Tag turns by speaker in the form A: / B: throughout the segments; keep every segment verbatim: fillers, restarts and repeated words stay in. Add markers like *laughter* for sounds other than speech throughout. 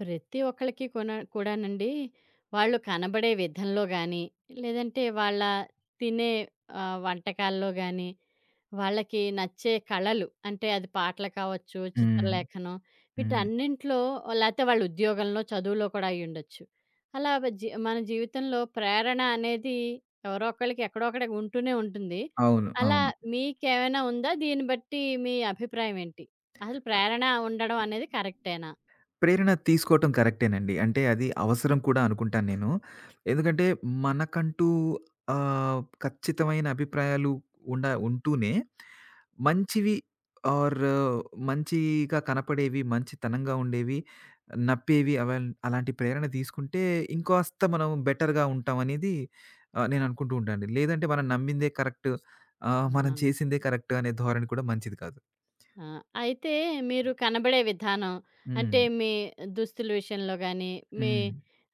A: ప్రతి ఒక్కళ్ళకి కొన కూడానండి, వాళ్ళు కనబడే విధంలో గానీ, లేదంటే వాళ్ళ తినే ఆహ్, వంటకాల్లో గానీ, వాళ్ళకి నచ్చే కళలు అంటే అది పాటలు కావచ్చు,
B: హ్మ్.
A: చిత్రలేఖనం
B: హ్మ్.
A: వీటన్నింటిలో లేతే వాళ్ళ ఉద్యోగంలో, చదువులో కూడా అయ్యుండొచ్చు. అలా వ జీ మన జీవితంలో ప్రేరణ అనేది ఎవరో ఒకళ్ళకి ఎక్కడో అక్కడ ఉంటూనే ఉంటుంది.
B: అవును.
A: అలా
B: అవును.
A: మీకేమైనా ఉందా? దీన్ని బట్టి మీ అభిప్రాయం ఏంటి? అసలు ప్రేరణ ఉండడం అనేది కరెక్టేనా?
B: ప్రేరణ తీసుకోవటం కరెక్టేనండి. అంటే అది అవసరం కూడా అనుకుంటాను నేను. ఎందుకంటే మనకంటూ ఆహ్, ఖచ్చితమైన అభిప్రాయాలు ఉండ ఉంటూనే మంచివి ఆర్ మంచిగా కనపడేవి, మంచితనంగా ఉండేవి, నప్పేవి అవన్ అలాంటి ప్రేరణ తీసుకుంటే ఇంకాస్త మనం బెటర్‌గా ఉంటామనేది ఆహ్, నేను అనుకుంటూ ఉంటానండి. లేదంటే మనం నమ్మిందే కరెక్ట్, ఆహ్, మనం
A: ఆ!
B: చేసిందే కరెక్ట్ అనే ధోరణి కూడా మంచిది కాదు.
A: ఆ! అయితే మీరు కనబడే విధానం, అంటే
B: హ్మ్.
A: మీ దుస్తుల విషయంలో గానీ, మీ
B: హ్మ్.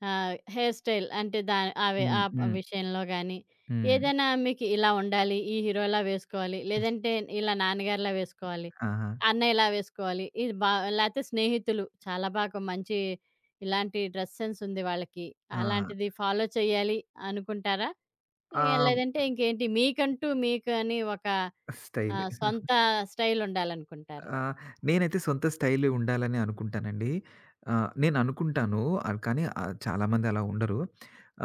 A: ఆహ్, హెయిర్ స్టైల్ అంటే దా అవే ఆ
B: హ్మ్.
A: ప్
B: హ్మ్.
A: విషయంలో గానీ,
B: హ్మ్.
A: ఏదైనా మీకు ఇలా ఉండాలి, ఈ హీరోలా వేసుకోవాలి, లేదంటే ఇలా నాన్నగారిలా వేసుకోవాలి,
B: ఆహా!
A: అన్నయ్యలా వేసుకోవాలి, ఇది బా లేతే స్నేహితులు చాలా బాగా మంచి ఇలాంటి డ్రెస్ సెన్స్ ఉంది వాళ్ళకి,
B: ఆ!
A: అలాంటిది ఫాలో చేయాలి అనుకుంటారా? లే
B: ఆహ్,
A: లేదంటే ఇంకేంటి మీకంటూ మీకని ఒక
B: స్టైల్.
A: ఆహ్, సొంత
B: *laughs*
A: స్టైల్ ఉండాలనుకుంటారా?
B: ఆహ్, నేనైతే సొంత స్టైల్ ఉండాలని అనుకుంటానండి. ఆహ్, నేననుకుంటాను. ఆహ్, కానీ ఆహ్, చాలామంది అలా ఉండరు.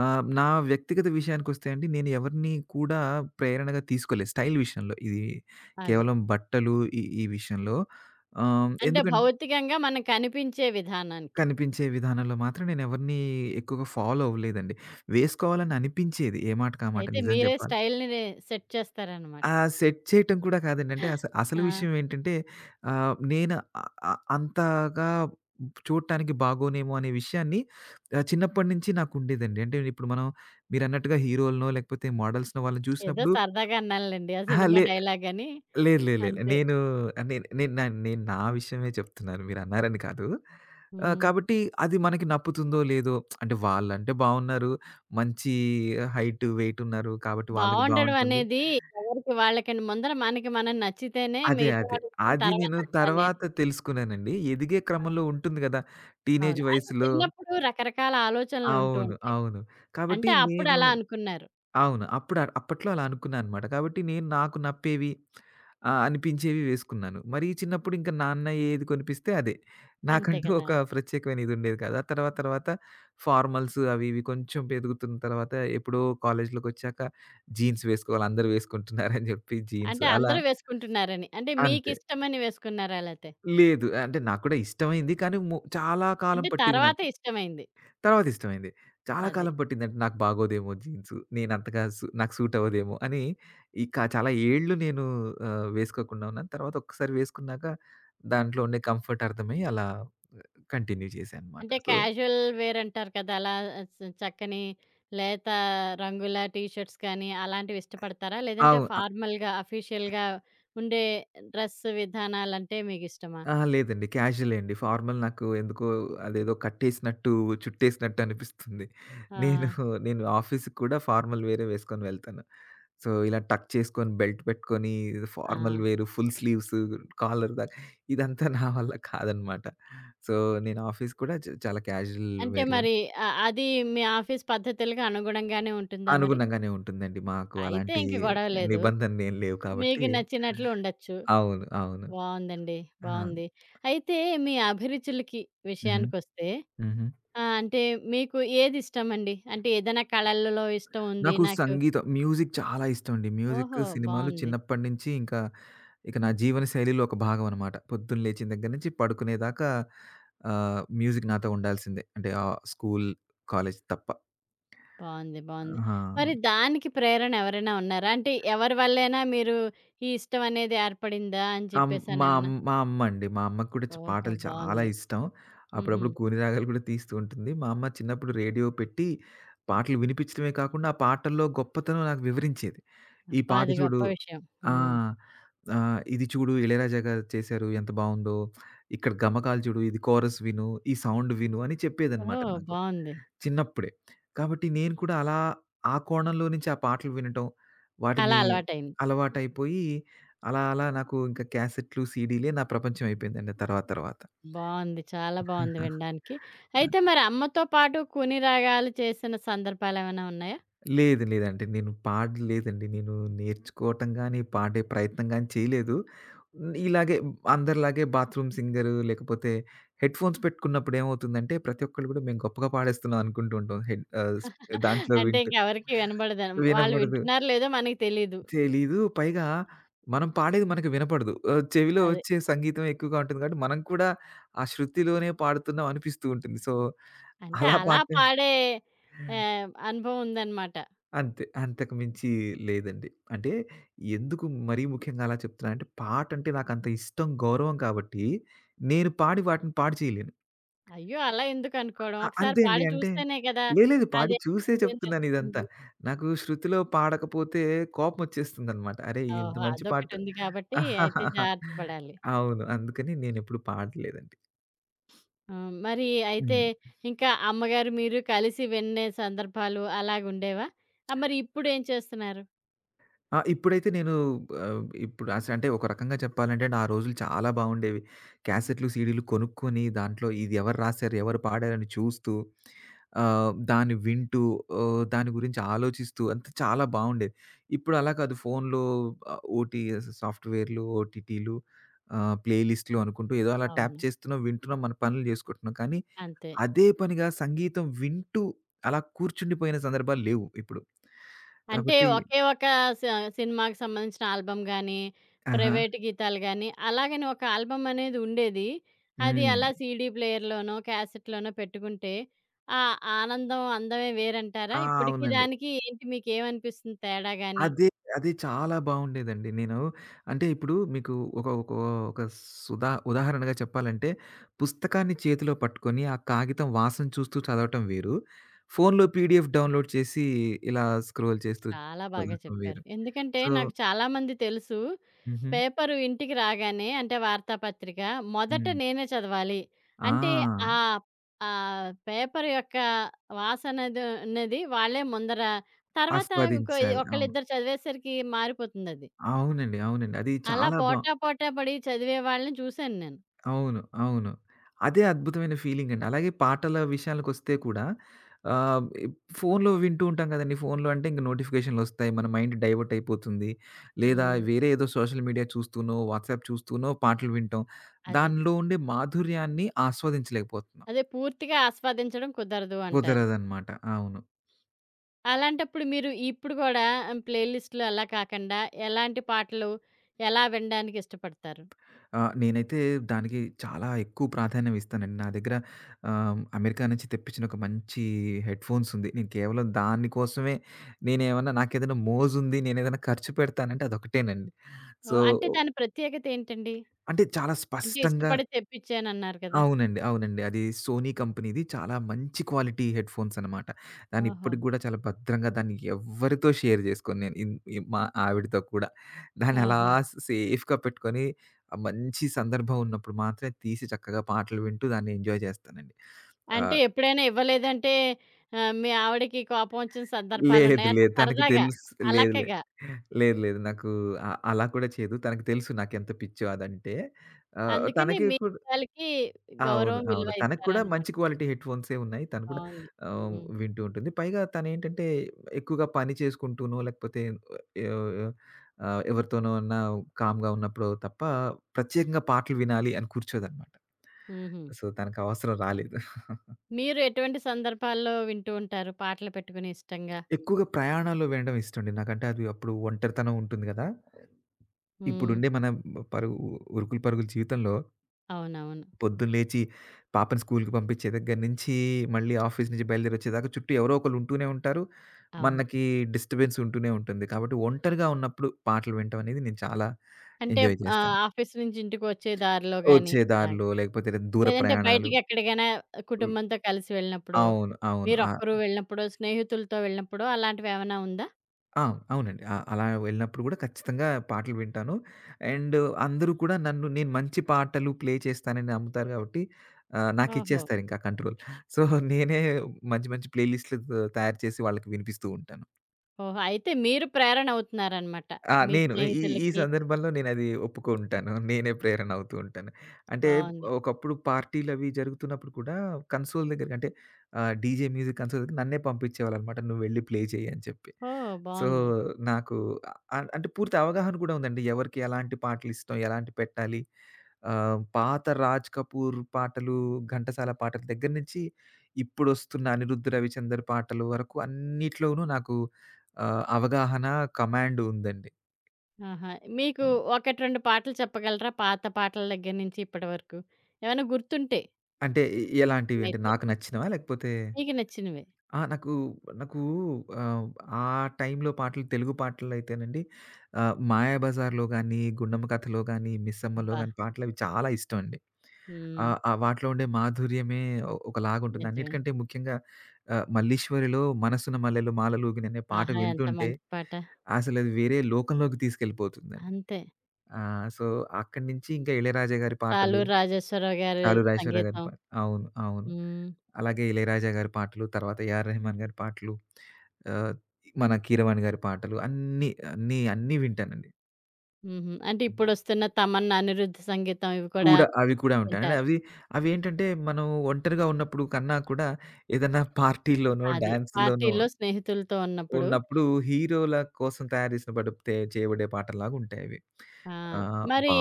B: ఆహ్, నా వ్యక్తిగత విషయానికొస్తే అండి, నేను ఎవరిని కూడా ప్రేరణగా తీసుకోలేదు స్టైల్ విషయంలో. ఇది
A: అది.
B: కేవలం బట్టలు ఈ ఈ విషయంలో. ఆహ్,
A: అంటే
B: ఎందుకం
A: భౌతికంగా మనకు కనిపించే విధానానికి.
B: కనిపించే విధానంలో మాత్రం నేనెవరిని ఎక్కువగా ఫాలో అవ్వలేదండి. వేసుకోవాలని అనిపించేది. ఏ మాటకి ఆ మాట
A: అయితే
B: నిజం
A: మీరే
B: చెప్పాలంటే.
A: స్టైల్‌ని రే సెట్ చేస్తారనమాట.
B: ఆ! సెట్ చేయటం కూడా కాదండి. అంటే అస అసలు
A: ఆ!
B: విషయం ఏంటంటే ఆహ్, నేను అ అ అంతగా చూడటానికి బాగోనేమో అనే విషయాన్ని ఆహ్, చిన్నప్పటి నుంచి నాకుండేదండి. అంటే ఇప్పుడు మనం మీరన్నట్టుగా హీరోలనో, లేకపోతే మోడల్స్‌నో వాళ్ళని
A: ఏదో
B: చూసినప్పుడు
A: సరదాగా అన్నానులెండి. ఆ
B: అహా!
A: సినిమా
B: లే
A: డైలాగని
B: లేదు లేదు లేదు.
A: అంతే.
B: నేను నేను నేను నా నేను నా విషయమే చెప్తున్నాను. మీరన్నారని కాదు. ఆహ్,
A: హ్మ్.
B: కాబట్టి అది మనకి నప్పుతుందో లేదో అంటే వాళ్ళంటే బావున్నారు. మంచి హైట్, వెయిట్ ఉన్నారు. కాబట్టి వాళ్ళకి
A: బావుండడం
B: బావుంటుంది.
A: అనేది ఎవరికి వాళ్ళకండి. ముందర మనకి మనం నచ్చితేనే
B: అదే.
A: మిగతా
B: అదే.
A: వాళ్ళ విషయం
B: అది
A: తర్వాత
B: నేను
A: అంటాను నేను.
B: తర్వాత తెలుసుకున్నానండి. ఎదిగే క్రమంలో ఉంటుంది గదా! టీనేజ్
A: అవును. అంటే
B: వయసులో
A: చిన్నప్పుడు రకరకాల ఆలోచనలుంటూ
B: అవును.
A: ఉంటాయి.
B: అవును. కాబట్టి
A: అంటే అప్పుడు
B: నేను
A: అలా అనుకున్నారు.
B: అవును. అప్పుడు అ- అప్పట్లో అలా అనుకున్నాను అనమాట. కాబట్టి నేను నాకు నప్పేవి ఆహ్, అనిపించేవి వేసుకున్నాను. మరి చిన్నప్పుడు ఇంకా నాన్న ఏది కొనిపిస్తే అదే.
A: అంతే
B: నాకంటూ
A: కదా!
B: ఒక ప్రత్యేకమైన ఇది ఉండేది కాదు. ఆ తర్వాత తర్వాత ఫార్మల్స్ అవి ఇవి కొంచెం ఎదుగుతున్న తర్వాత ఎప్పుడో కాలేజ్‌లోకొచ్చాక జీన్స్ వేసుకోవాలి అందరూ వేసుకుంటున్నారని జెప్పి జీన్స్
A: అంటే
B: అలా
A: అందరూ వేసుకుంటున్నారని. అంటే
B: అంతే.
A: మీకిష్టమని వేసుకున్నారా లేతే?
B: లేదు. అంటే నాకు కూడా ఇష్టమైంది. కానీ ము చాలా కాలం
A: అంటే
B: పట్టింది
A: తర్వాత
B: నాకు.
A: ఇష్టమైంది.
B: తర్వాత ఇష్టమైంది. చాలా
A: అది.
B: కాలం పట్టిందంటే నాకు బాగోదేమో జీన్సు. నేనంతగా సు నాకు సూట్ అవ్వదేమో అని ఇక చాలా ఏళ్ళు నేను ఆహ్, వేసుకోకుండా ఉన్నాను. తర్వాత ఒక్కసారి వేసుకున్నాక దాంట్లో ఉండే కంఫర్ట్ అర్థమై అలా కంటిన్యూ చేశానన్నమాట.
A: అంటే
B: సో
A: క్యాజువల్ వేర్ అంటారు కదా! అలా చ చక్కని లేత రంగుల టీ షర్ట్స్ కానీ అలాంటివి ఇష్టపడతారా? లేదంటే
B: అవు అ
A: ఫార్మల్‌గా, అఫీషియల్‌గా ఉండే డ్రెస్ విధానాలంటే మీకిష్టమా?
B: అహా! లేదండి. క్యాజువలే అండి. ఫార్మల్ నాకు ఎందుకో అదేదో కట్టేసినట్టు, చుట్టేసినట్టు అనిపిస్తుంది.
A: ఆ!
B: నేను నేను ఆఫీస్‌కి కూడా ఫార్మల్ వేరే వేసుకొని వెళ్తాను. సో, ఇలా టక్ చేసుకొని, బెల్ట్ పెట్టుకొని,
A: ఆ!
B: ఫార్మల్ వేరు, ఫుల్ స్లీవ్స్, కాలర్ దాకా ఇదంతా నా వల్ల కాదనమాట. సో, నేను ఆఫీస్ కూడా చ చాలా క్యాజువల్
A: అంటే
B: వేర్‌లో
A: మరి అ అది మీ ఆఫీస్ పద్ధతులకి అనుగుణంగానే ఉంటుందా మరి?
B: అనుగుణంగానే ఉంటుందండి. మాకు
A: అయితే
B: అలాంటి
A: ఇంక గొడవ లేదు.
B: నిబంధనలేం లేవు కాబట్టి
A: మీకు నచ్చినట్లు ఉండొచ్చు.
B: అవును. అవును.
A: బావుందండి.
B: ఆ!
A: బావుంది. అయితే మీ అభిరుచులకి
B: హుహు.
A: విషయానికొస్తే
B: హుహు.
A: ఆ! అంటే మీకు ఏదిష్టమండి? అంటే ఏదైనా కళలలో ఇష్టం ఉంది
B: నాకు
A: నాకు.
B: సంగీతం, మ్యూజిక్ చాలా ఇష్టమండి. మ్యూజిక్,
A: ఓహో!
B: సినిమాలు
A: బావుంది.
B: చిన్నప్పటి నుంచి ఇంకా ఇక నా జీవనశైలిలో ఒక భాగం అనమాట. పొద్దున్న లేచిన దగ్గర నుంచి పడుకునేదాకా ఆహ్, మ్యూజిక్ నాతో ఉండాల్సిందే. అంటే ఆహ్, స్కూల్, కాలేజ్ తప్ప.
A: బావుంది. బావుంది. మరి
B: ఆ!
A: దానికి ప్రేరణ ఎవరైనా ఉన్నారా? అంటే ఎవరి వల్లైనా మీరు ఈ ఇష్టం అనేది ఏర్పడిందా అని
B: అమ్ మా అమ్
A: చెప్పేసనేమన్నా?
B: మా అమ్మండి. మా అమ్మకి కూడా చ్
A: ఓహో!
B: పాటలు చాలా
A: బావుంది.
B: ఇష్టం.
A: హుహు.
B: అప్పుడప్పుడు కూని రాగాలు కూడా తీస్తూ ఉంటుంది. మా అమ్మ చిన్నప్పుడు రేడియో పెట్టి పాటలు వినిపించడమే కాకుండా, ఆ పాటల్లో గొప్పతనం నాకు వివరించేది. "ఈ
A: అబ్బా!
B: పాట
A: అది
B: చూడు".
A: గొప్ప విషయం.
B: ఆ!
A: హ్మ్.
B: ఆహ్, "ఇది చూడు ఇళయరాజా గారు చేశారు ఎంత బావుందో. ఇక్కడ గమకాలు చూడు, ఇది కోరస్ విను, ఈ సౌండ్ విను" అని చెప్పేదనమాట
A: ఓహ్!
B: నాకు.
A: బావుంది.
B: చిన్నప్పుడే. కాబట్టి నేను కూడా అలా ఆ కోణంలో నుంచి ఆ పాటలు వినటం,
A: అలా
B: వాటిని
A: అలవాటయింది.
B: అలవాటైపోయి అలా అలా నాకు ఇంకా క్యాసెట్‌లు, సీడీలే నా ప్రపంచం అయిపోయిందండి తర్వాత తర్వాత.
A: బావుంది. చాలా బావుంది వినడానికి.
B: ఆ!
A: అయితే మరి అమ్మతో పాటు కుని రాగాలు చేసిన సందర్భాలేమైనా ఉన్నాయా?
B: లేదు లేదండి. నేను పాడలేదండి. నేను నేర్చుకోవటం గాని, పాడే ప్రయత్నం గాని చేయలేదు. హ్మ్, ఇలాగే అందరిలాగే బాత్రూమ్ సింగరు లేకపోతే హెడ్‌ఫోన్స్ పెట్టుకున్నప్పుడు ఏమవుతుందంటే ప్రతి ఒక్కళ్ళు కూడా మేము గొప్పగా పాడేస్తున్నాం అనుకుంటూ ఉంటాం. హెడ్ ఆహ్, స్ దాంట్లో
A: అంటే
B: వింటూ
A: ఇంకెవరికీ వినబడదని వాళ్ళు
B: వినపడదు.
A: వింటున్నారో లేదో మనకి తెలీదు.
B: తెలీదు. పైగా మనం పాడేది మనకు వినపడదు. ఆహ్, చెవిలో
A: అదే.
B: వచ్చే సంగీతం ఎక్కువగా ఉంటుంది కాబట్టి, మనం కూడా ఆ శృతిలోనే పాడుతున్నాం అనిపిస్తూ ఉంటుంది. సో,
A: అంటే
B: అలా
A: అలా
B: పాడటం
A: పాడే ఆహ్, అనుభవం ఉందనమాట.
B: అంతే. అంతకు మించి లేదండి. అంటే ఎందుకు మరీ ముఖ్యంగా అలా చెప్తున్నానంటే, పాటంటే నాకంత ఇష్టం, గౌరవం కాబట్టి నేను పాడి వాటిని పాడు చేయలేను.
A: అయ్యో! అలా ఎందుకనుకోవడం.
B: అ
A: ఒకసారి
B: అంతే అండి.
A: పాడి
B: అంటే
A: చూస్తేనే కదా!
B: లేదు లేదు. పాడి చూసే
A: అదేంటి అని
B: చెప్తున్నాను ఇదంతా.
A: తెలుస్తుంది.
B: నాకు శృతిలో పాడకపోతే కోపమొచ్చేస్తుందనమాట. అరే! ఇది ఇంత
A: ఓహో!
B: మంచి పాట
A: అదొకటుంది కాబట్టి అయితే జాగ్రత్త
B: *laughs*
A: పడాలి.
B: అవును. అందుకని నేనెప్పుడు పాడలేదండి.
A: హ్మ్. మరి అయితే
B: హ్మ్.
A: ఇంకా అమ్మగారు, మీరు కలిసి వినే సందర్భాలు అలాగుండేవా? ఆహ్, మరి ఇప్పుడేం చేస్తున్నారు?
B: ఆ! ఇప్పుడైతే నేను ఆహ్, ఇప్పుడు అసలు అంటే ఒక రకంగా చెప్పాలంటే ఆ రోజులు చాలా బాగుండేవి. క్యాసెట్‌లు, సీడీలు కొనుక్కొని దాంట్లో ఇది ఎవరు రాసారు, ఎవరు పాడారని చూస్తూ ఆహ్, దాన్ని వింటూ ఆహ్, దాని గురించి ఆలోచిస్తూ అంతా చాలా బాగుండేది. ఇప్పుడు అలా కాదు ఫోన్‌లో ఆహ్, ఓటీ సాఫ్ట్‌వేర్‌లు, ఓటీటీలు ఆహ్, ప్లేలిస్ట్‌లు అనుకుంటూ ఏదో అలా ట్యాప్
A: అవును.
B: చేస్తున్నాం, వింటున్నాం, మన పనులు చేసుకుంటున్నాం. కానీ
A: అంతే.
B: అదే పనిగా సంగీతం వింటూ అలా కూర్చుండిపోయిన సందర్భాలు లేవు ఇప్పుడు.
A: అంటే
B: కాబట్టి
A: ఒకే ఒక స సినిమాకి సంబంధించిన ఆల్బమ్ గానీ,
B: ఆహా!
A: ప్రైవేట్ గీతాలు గానీ, అలాగని ఒక ఆల్బమ్ అనేది ఉండేది. అది
B: హ్మ్.
A: అలా సీడీ ప్లేయర్‌లోనో, క్యాసెట్‌లోనో పెట్టుకుంటే ఆ ఆనందం అందమే వేరంటారా?
B: ఆ!
A: ఇప్పటికి
B: అవునండి.
A: దానికి ఏంటి మీకేమనిపిస్తుంది తేడా గాని?
B: అది, అది చాలా బావుండేదండి. నేను అంటే ఇప్పుడు మీకు ఒక ఒక ఒక సుధా ఉదాహరణగా చెప్పాలంటే, పుస్తకాన్ని చేతిలో పట్టుకొని, ఆ కాగితం వాసన చూస్తూ చదవటం వేరు. ఫోన్‌లో పీడీఎఫ్ డౌన్‌లోడ్ చేసి, ఇలా స్క్రోల్ చేస్తూ
A: చాలా బాగా
B: చదవటం
A: చెప్పారు.
B: వేరు.
A: ఎందుకంటే
B: సో
A: నాకు చాలామంది తెలుసు.
B: హుహు.
A: పేపరు ఇంటికి రాగానే అంటే వార్తాపత్రిక మొదట
B: హ్మ్.
A: నేనే చదవాలి. అంటే
B: ఆ!
A: ఆహ్, ఆహ్, పేపర్ యొక్క వాసనది అనేది వాళ్ళే ముందర తర్వాత ఇంకో
B: ఆస్వాదించాలి. అవును.
A: ఒకళ్ళిద్దరు చదివేసరికి మారిపోతుందది.
B: అవునండి. అవునండి. అది
A: అలా
B: చాలా బా
A: పోటా పోటా పడి చదివే వాళ్ళని చూసాను నేను.
B: అవును. అవును. అదే అద్భుతమైన ఫీలింగండి. అలాగే పాటల విషయాలకొస్తే కూడా ఆహ్, ఇప్ ఫోన్‌లో వింటూ ఉంటాం కదండీ. ఫోన్‌లో అంటే ఇంక నోటిఫికేషన్‌లొస్తాయి. మన మైండ్ డైవర్ట్ అయిపోతుంది. లేదా
A: హ్మ్.
B: వేరే ఏదో సోషల్ మీడియా చూస్తూనో, వాట్సాప్ చూస్తూనో పాటలు వింటాం.
A: అది.
B: దానిలో ఉండే మాధుర్యాన్ని ఆస్వాదించలేకపోతున్నాం.
A: అదే పూర్తిగా ఆస్వాదించడం కుదరదు అంటారు.
B: కుదరదనమాట. అవును.
A: అలాంటప్పుడు మీరు ఇప్పుడు గూడా ఆహ్, ప్లే లిస్ట్‌లు అలా కాకండా ఎలాంటి పాటలు ఎలా వినడానికి ఇష్టపడతారు?
B: ఆ! నేనైతే దానికి చాలా ఎక్కువ ప్రాధాన్యం ఇస్తానండి. నా దగ్గర ఆహ్, అమెరికా నుంచి తెప్పించిన ఒక మంచి హెడ్‌ఫోన్స్ ఉంది. నేను కేవలం దాని కోసమే నేనేమన్నా నాకేదైనా మోజుంది, నేనేదైనా ఖర్చు పెడతానంటే అదొకటేనండి. సో,
A: ఓహ్! అంటే దాని ప్రత్యేకత ఏంటండి?
B: అంటే చాలా
A: అంటే
B: స్పష్టంగా
A: ఇష్టపడి తెప్పించానన్నారు కదా!
B: అవునండి. అవునండి. అది సోనీ కంపెనీది. చాలా మంచి క్వాలిటీ హెడ్‌ఫోన్స్ అనమాట. దాన్ని
A: ఓహో!
B: ఇప్పటికి గూడా చాలా భద్రంగా దాన్ని ఎవ్వరితో షేర్ జేసుకోను నేను. ఇన్ ఇ మా ఆవిడతో కూడా. దాన్ని అలా
A: ఓహో!
B: స్ సేఫ్‌గా పెట్టుకొని, ఆ మంచి సందర్భం ఉన్నప్పుడు మాత్రమే తీసి చక్కగా పాటలు వింటూ దాన్ని ఎంజాయ్ జేస్తానండి.
A: అంటే
B: ఆహ్,
A: ఎప్పుడైనా ఇవ్వలేదంటే ఆహ్, మీ ఆవిడకి కోపం వచ్చిన
B: లేదు.
A: సందర్భాలున్నాయా? అంటే
B: లేదు. తనకి
A: సరదాగా,
B: తెలుసు. లేదు. లేదు.
A: అలకగా.
B: లేదు. లేదు. నాకు అ అలా కూడా చేయదు. తనకి తెలుసు నాకెంత పిచ్చో అదంటే. ఆహ్,
A: అందుకని
B: తనకి
A: మీ
B: కు
A: ఇష్టాలకి
B: అవును.
A: గౌరవం,
B: అవును.
A: విలువ
B: తనకు కూడా
A: ఇస్తారనమాట.
B: మంచి క్వాలిటీ హెడ్‌ఫోన్సే ఉన్నాయి. తను కూడా
A: బావుంది.
B: ఆహ్,
A: హ్మ్.
B: వింటూ ఉంటుంది. పైగా తనేంటంటే ఎక్కువగా పని చేసుకుంటూనో లేకపోతే ఆహ్, ఆహ్, ఎవరితోనో అన్నా కామ్‌గా ఉన్నప్పుడో తప్ప ప్రత్యేకంగా పాటలు వినాలి అని కూర్చోదనమాట.
A: హుహు.
B: సో, తనకు అవసరం రాలేదు.
A: మీరు ఎటువంటి సందర్భాల్లో వింటూ ఉంటారు పాటలు పెట్టుకుని ఇష్టంగా?
B: ఎక్కువగా ప్రయాణాల్లో వినడం ఇష్టమండి. నాకంటే అది అప్పుడు ఒంటరితనం ఉంటుంది గదా!
A: హ్మ్.
B: ఇప్పుడుండే మన పరుగు ఉరుకులు పరుగుల జీవితంలో
A: అవునవును.
B: పొద్దున లేచి పాపని స్కూలుకి పంపించే దగ్గర నుంచి, మళ్ళీ ఆఫీస్ నుంచి బయలుదేరొచ్చేదాకా చుట్టూ ఎవరో ఒకళ్ళు ఉంటూనే ఉంటారు.
A: అవును.
B: మనకి డిస్టర్బెన్స్ ఉంటూనే ఉంటుంది. కాబట్టి ఒంటరిగా ఉన్నప్పుడు పాటలు వినటం అనేది నేను చాలా
A: అంటే
B: ఎంజాయ్
A: ఆహ్,
B: చేస్తాను.
A: ఆఫీస్ నుంచి ఇంటికొచ్చే దారిలో గాని
B: వచ్చే
A: అలాగా.
B: దారిలో లేకపోతే దూర
A: లేదంటే
B: ప్రయాణాలు.
A: బయటికెక్కడికైనా
B: హ్మ్.
A: కుటుంబంతో కలిసి వెళ్ళినప్పుడో,
B: అవును. అవును.
A: మీరొక్కరు
B: ఆ!
A: వెళ్ళినప్పుడో, స్నేహితులతో వెళ్ళినప్పుడో అలాంటివేమన్నా ఉందా?
B: ఆ! అవునండి. ఆ! అలా వెళ్ళినప్పుడు గూడా ఖచ్చితంగా పాటలు వింటాను. అండ్ అందరూ కూడా నన్ను నేను మంచి పాటలు ప్లే చేస్తానని నమ్ముతారు గాబట్టి ఆహ్,
A: ఓహో!
B: నాకిచ్చేస్తారింకా కంట్రోల్. సో, నేనే మంచి మంచి ప్లే లిస్ట్‌లు తయారు చేసి వాళ్ళకి వినిపిస్తూ ఉంటాను.
A: ఓహో! అయితే మీరు ప్రేరణ అవుతున్నారనమాట.
B: ఆ!
A: మీ
B: నేను ఈ ఈ
A: స్నేహితులకి.
B: సందర్భంలో నేనది ఒప్పుకుంటాను. నేనే ప్రేరణ అవుతూ ఉంటాను. అంటే
A: బావుంది.
B: ఒకప్పుడు పార్టీలవి జరుగుతున్నప్పుడు కూడా కన్సోల్ దగ్గరకి అంటే ఆహ్, డీజే మ్యూజిక్ కన్సోల్ దగ్గరికి నన్నే పంపించేవాళ్ళనమాట. "నువ్వెళ్ళి ప్లే చెయ్యి" అని చెప్పి.
A: ఓహ్!
B: సో,
A: బావుంది.
B: నాకు ఆహ్, అంటే పూర్తి అవగాహన కూడా ఉందండి. ఎవరికి ఎలాంటి పాటలిష్టం, ఎలాంటి పెట్టాలి. ఆహ్, పాత 'రాజ్ కపూర్' పాటలు, ఘంటసాల పాటల దగ్గర నుంచి ఇప్పుడొస్తున్న అనిరుద్ రవిచందర్ పాటల వరకు అన్నిట్లోనూ నాకు ఆహ్, అవగాహన, కమాండ్ ఉందండి.
A: ఆహా! మీకు ఒకటి, రెండు పాటలు చెప్పగలరా? పాత పాటల దగ్గర నుంచి ఇప్పటి వరకు. ఏమైనా గుర్తుంటే?
B: అంటే ఎ ఎలాంటివి? అంటే
A: ఇష్టమైతే.
B: నాకు నచ్చినవా? లేకపోతే
A: మీకు నచ్చినవి.
B: ఆ! నాకు, నాకు ఆహ్, ఆ టైంలో పాటలు తెలుగు పాటలయితేనండి ఆహ్, 'మాయాబజార్‌లో' గాని, 'గుండమ్మ కథలో' గాని, 'మిస్సమ్మలో'
A: అబ్బా!
B: గాని పాటలవి చాలా ఇష్టమండి.
A: హ్మ్.
B: ఆహ్, ఆ ఆ వాటిలో ఉండే మాధుర్యమే ఒ ఒకలాగుంటుంది.
A: నిజమే.
B: అన్నిటికంటే ముఖ్యంగా ఆహ్, 'మల్లీశ్వరిలో' 'మనసున మల్లెలు మాలలూగిన' అనే పాట
A: ఆహా! ఎంత
B: వింటుంటే
A: మంచి పాట.
B: అసలది వేరే లోకంలోకి తీసుకెళ్ళిపోతుందండి.
A: అంతే.
B: ఆ! సో, అక్కడి నుంచి ఇంకా 'ఇళయరాజా' గారి పాటలు
A: 'ఆలూరు రాజేశ్వరరావు' గారి
B: 'చాలూరు ఐశ్వర్య' గారి
A: సంగీతం.
B: పాట అవును. అవును.
A: హ్మ్.
B: అలాగే 'ఇళయరాజా' గారి పాటలు, తర్వాత 'ఏఆర్ రెహమాన్' గారి పాటలు, ఆహ్, మన కీరవాణి గారి పాటలు అన్నీ, అన్నీ, అన్నీ వింటానండి.
A: హుహు. అంటే ఇప్పుడొస్తున్న 'తమన్', 'అనిరుద్' సంగీతం ఇవి కూడా
B: కూడా అవి కూడా ఉంటాయండి.
A: వింటారు.
B: అవి అవేంటంటే మనం ఒంటరిగా ఉన్నప్పుడు కన్నా కూడా ఏదన్నా పార్టీలోనో,
A: అది.
B: డాన్స్‌లోనో
A: పార్టీల్లో స్నేహితులతో ఉన్నప్పుడు.
B: ఉన్నప్పుడు హీరోల కోసం తయారు చేసిన బడితే చేయబడే పాటల్లాగా ఉంటాయవి.
A: ఆ!
B: ఆహ్,
A: మరి
B: బా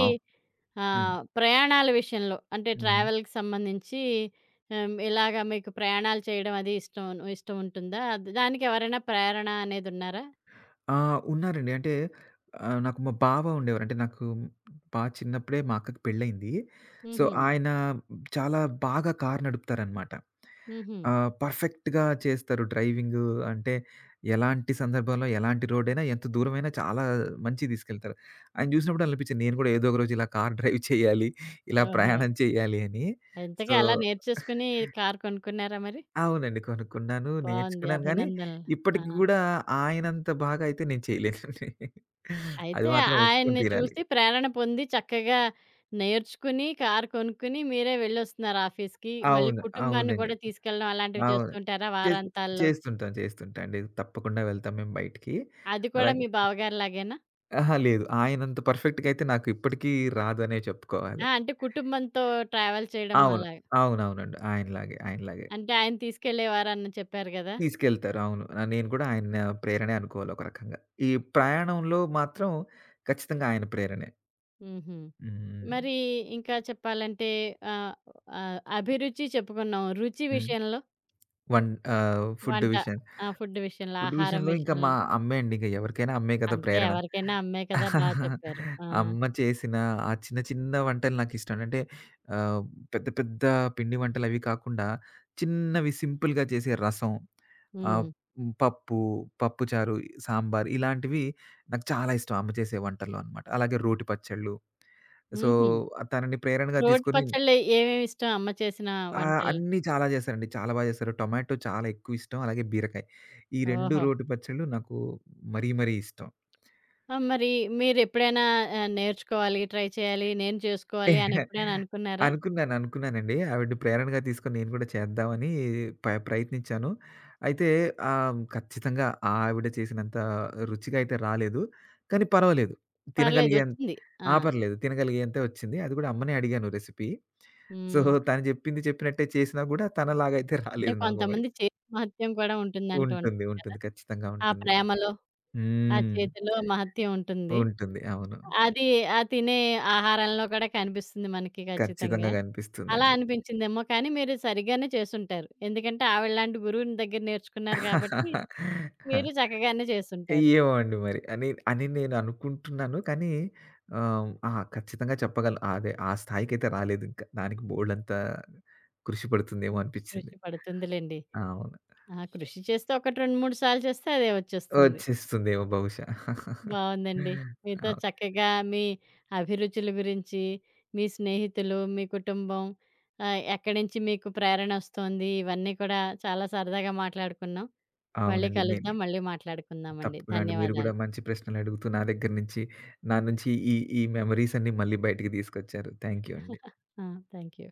B: హ్మ్.
A: ఆహ్, ప్రయాణాల విషయంలో అంటే
B: హ్మ్.
A: ట్రావెల్‌కి సంబంధించి ఆహ్, ఇలాగ మీకు ప్రయాణాలు చేయడం అది ఇష్టం ఇష్టం ఉంటుందా? అది దానికి ఎవరైనా ప్రేరణ అనేదున్నారా?
B: ఆ! ఉన్నారండి. అంటే ఆహ్, నాకు మా బావ ఉండేవారు. అంటే నాకు బా చిన్నప్పుడే మా అక్కకి పెళ్ళయింది. సో,
A: హుహు.
B: ఆయన చాలా బాగా కారు నడుపుతారనమాట.
A: హుహు.
B: ఆహ్, పర్ఫెక్ట్‌గా చేస్తారు డ్రైవింగు. అంటే ఎలాంటి సందర్భంలో, ఎలాంటి రోడైనా, ఎంత దూరమైనా చాలా మంచిగా తీసుకెళ్తారు. ఆయన చూసినప్పుడు అనిపించింది, నేను కూడా ఏదో ఒక రోజు ఇలా కార్ డ్రైవ్ చేయాలి, ఇలా
A: ఓహో!
B: ప్రయాణం చేయాలి అని.
A: ఇంతకీ
B: సో
A: అలా నేర్చేసుకొని కారు కొనుక్కున్నారా మరి?
B: అవునండి. కొనుక్కున్నాను.
A: బావుంది.
B: నేర్చుకున్నాను గానీ,
A: అభినందనలు.
B: ఇప్పటికి
A: ఆ!
B: గూడా ఆయనంత బాగా అయితే నేను చేయలేనండి. అది
A: అయితే
B: మాత్రం ఒప్పుకొని
A: ఆయన్ని
B: తీరాలి.
A: చూసి ప్రేరణ పొంది చక్కగా నేర్చుకుని, కారు కొనుక్కొని మీరే వెళ్ళొస్తున్నారు ఆఫీస్‌కి. మళ్ళీ
B: అవును.
A: కుటుంబాన్ని
B: అవునండి.
A: కూడా తీసుకెళ్ళడం అలాంటివి
B: అవును.
A: చేస్తుంటారా
B: చేస్
A: వారాంతాల్లో?
B: చేస్తుంటాం. చేస్తుంటా అండి. తప్పకుండా వెళ్తాం మేము బయటికి.
A: అది కూడా
B: అలాగే
A: మీ బావగారిలాగేనా?
B: అహా! లేదు. ఆయనంత పర్ఫెక్ట్‌గా అయితే నాకు ఇప్పటికీ రాదనే చెప్పుకోవాలి.
A: ఆ! అంటే కుటుంబంతో ట్రావెల్ చేయడం
B: అవును.
A: అలాగా.
B: అవునవునండి. ఆయనలాగే. ఆయనలాగే.
A: అంటే ఆయన తీసుకెళ్ళేవారని చెప్పారు గదా!
B: తీసుకెళ్తారు. అవును. ఆహ్, నేను కూడా ఆయన ప్రేరణే అనుకోవాలి ఒక రకంగా. ఈ ప్రయాణంలో మాత్రం ఖచ్చితంగా ఆయన ప్రేరణే.
A: హుహు.
B: హ్మ్.
A: మరి ఇంకా చెప్పాలంటే ఆహ్, ఆహ్, అభిరుచి చెప్పుకున్నాం. రుచి
B: హ్మ్.
A: విషయంలో?
B: వన్ ఆహ్, ఫుడ్
A: వంట
B: విషయం
A: ఆ! ఫుడ్ విషయంలో,
B: ఫుడ్
A: ఆహారం
B: విషయంలో ఇంకా మా
A: విషయంలో?
B: అమ్మే అండి. ఇంక ఎవరికైనా అమ్మే కదా
A: అంతే
B: ప్రేరణ.
A: ఎవరికైనా అమ్మే కదా! బా చెప్పారు. ఆ!
B: అమ్మ చేసిన ఆ చిన్న, చిన్న వంటలు నాకిష్టం. అంటే ఆహ్, పెద్ద, పెద్ద పిండి వంటలవి కాకుండా చిన్నవి సింపుల్‌గా చేసే రసం, ఆహ్,
A: హ్మ్.
B: హ్మ్, పప్పు, పప్పుచారు, సాంబార్ ఇలాంటివి నాకు చాలా ఇష్టం అమ్మ చేసే వంటల్లో అనమాట. అలాగే రోటి పచ్చళ్ళు. సో,
A: హుహు.
B: తనని ప్రేరణగా
A: రోటి
B: తీసుకొని
A: పచ్చళ్ళు ఏమేమి ఇష్టం అమ్మ చేసిన
B: ఆ!
A: వంటలు?
B: అన్నీ చాలా చేశారండి. చాలా బా చేశారు. టొమాటో చాలా ఎక్కువిష్టం. అలాగే బీరకాయ. ఈ రెండు
A: ఓహో!
B: రోటి పచ్చళ్ళు నాకు మరీ మరీ ఇష్టం.
A: ఆ! మరి మీరెప్పుడైనా ఆహ్, నేర్చుకోవాలి, ట్రై చేయాలి, నేను చేసుకోవాలి అని ఎప్పుడైనా
B: *laughs*
A: అనుకున్నారా?
B: అనుకున్నాను. అనుకున్నానండి. ఆవిడ ప్రేరణగా తీసుకొని నేను కూడా చేద్దామని ప ప్రయత్నించాను. అయితే ఆహ్, ఖచ్చితంగా ఆవిడ చేసినంత రుచిగా అయితే రాలేదు. కానీ పర్వాలేదు.
A: పర్లేదు
B: తినగలిగేం
A: వచ్చింది. ఆ!
B: ఆ! పర్లేదు. తినగలిగేంతే వచ్చింది. అది కూడా అమ్మనే అడిగాను రెసిపీ. సో,
A: హ్మ్.
B: తను చెప్పింది చెప్పినట్టే చేసినా కూడా తనలాగైతే
A: అంటే
B: రాలేదు నాకు మరి.
A: కొంతమంది చేతి మహత్యం కూడా ఉంటుందంటూ
B: ఉంటుంది.
A: ఉంటారు కదా!
B: ఉంటుంది. ఖచ్చితంగా
A: ఆ
B: ఉంటుంది.
A: ప్రేమలో, ఆ
B: హ్మ్.
A: చేతిలో మహత్యం ఉంటుంది.
B: ఉంటుంది. అవును.
A: అది ఆ తినే ఆహారంలో కూడా కనిపిస్తుంది మనకి ఖచ్చితంగా.
B: ఖచ్చితంగా
A: అలా
B: కనిపిస్తుందండి.
A: అనిపించిందేమో కానీ మీరు సరిగ్గానే చేసుంటారు. ఎందుకంటే ఆవిడలాంటి గురువుని దగ్గర నేర్చుకున్నారు కాబట్టి మీరు
B: *laughs*
A: చక్కగానే చేసుంటారు.
B: ఏమో అండి మరి అని, అని నేను అనుకుంటున్నాను. కానీ ఆహ్, ఆ! ఖచ్చితంగా చెప్పగలను. అదే ఆ స్థాయికైతే రాలేదింకా. దానికి బోలెడంత కృషి పడుతుందేమో అనిపిచ్చింది.
A: కృషి పడుతుందిలెండి.
B: అవును.
A: ఆ! కృషి చేస్తే ఒకటి రెండు, మూడు సార్లు చేస్తే అదే వచ్చేస్తుంది.
B: వచ్చేస్తుందేమో బహుశా.
A: బావుందండి. మీతో
B: అవు
A: చక్కగా మీ అభిరుచుల గురించి, మీ స్నేహితులు, మీ కుటుంబం ఆహ్, ఎక్కడి నుంచి మీకు ప్రేరణొస్తోంది, ఇవన్నీ కూడా చాలా సరదాగా మాట్లాడుకున్నాం. మళ్ళీ
B: అవునండి. నేను
A: కలుద్దాం. మళ్ళీ మాట్లాడుకుందామండి.
B: తప్పకుండా అండి. మీరు గూడా
A: ధన్యవాదాలు.
B: మంచి ప్రశ్నలడుగుతూ నా దగ్గర నుంచి, నా నుంచి ఈ, ఈ మెమోరీస్ అన్నీ మళ్ళీ బయటికి తీసుకొచ్చారు. థ్యాంక్ యూ అండి.
A: *laughs* ఆ! థాంక్యూ.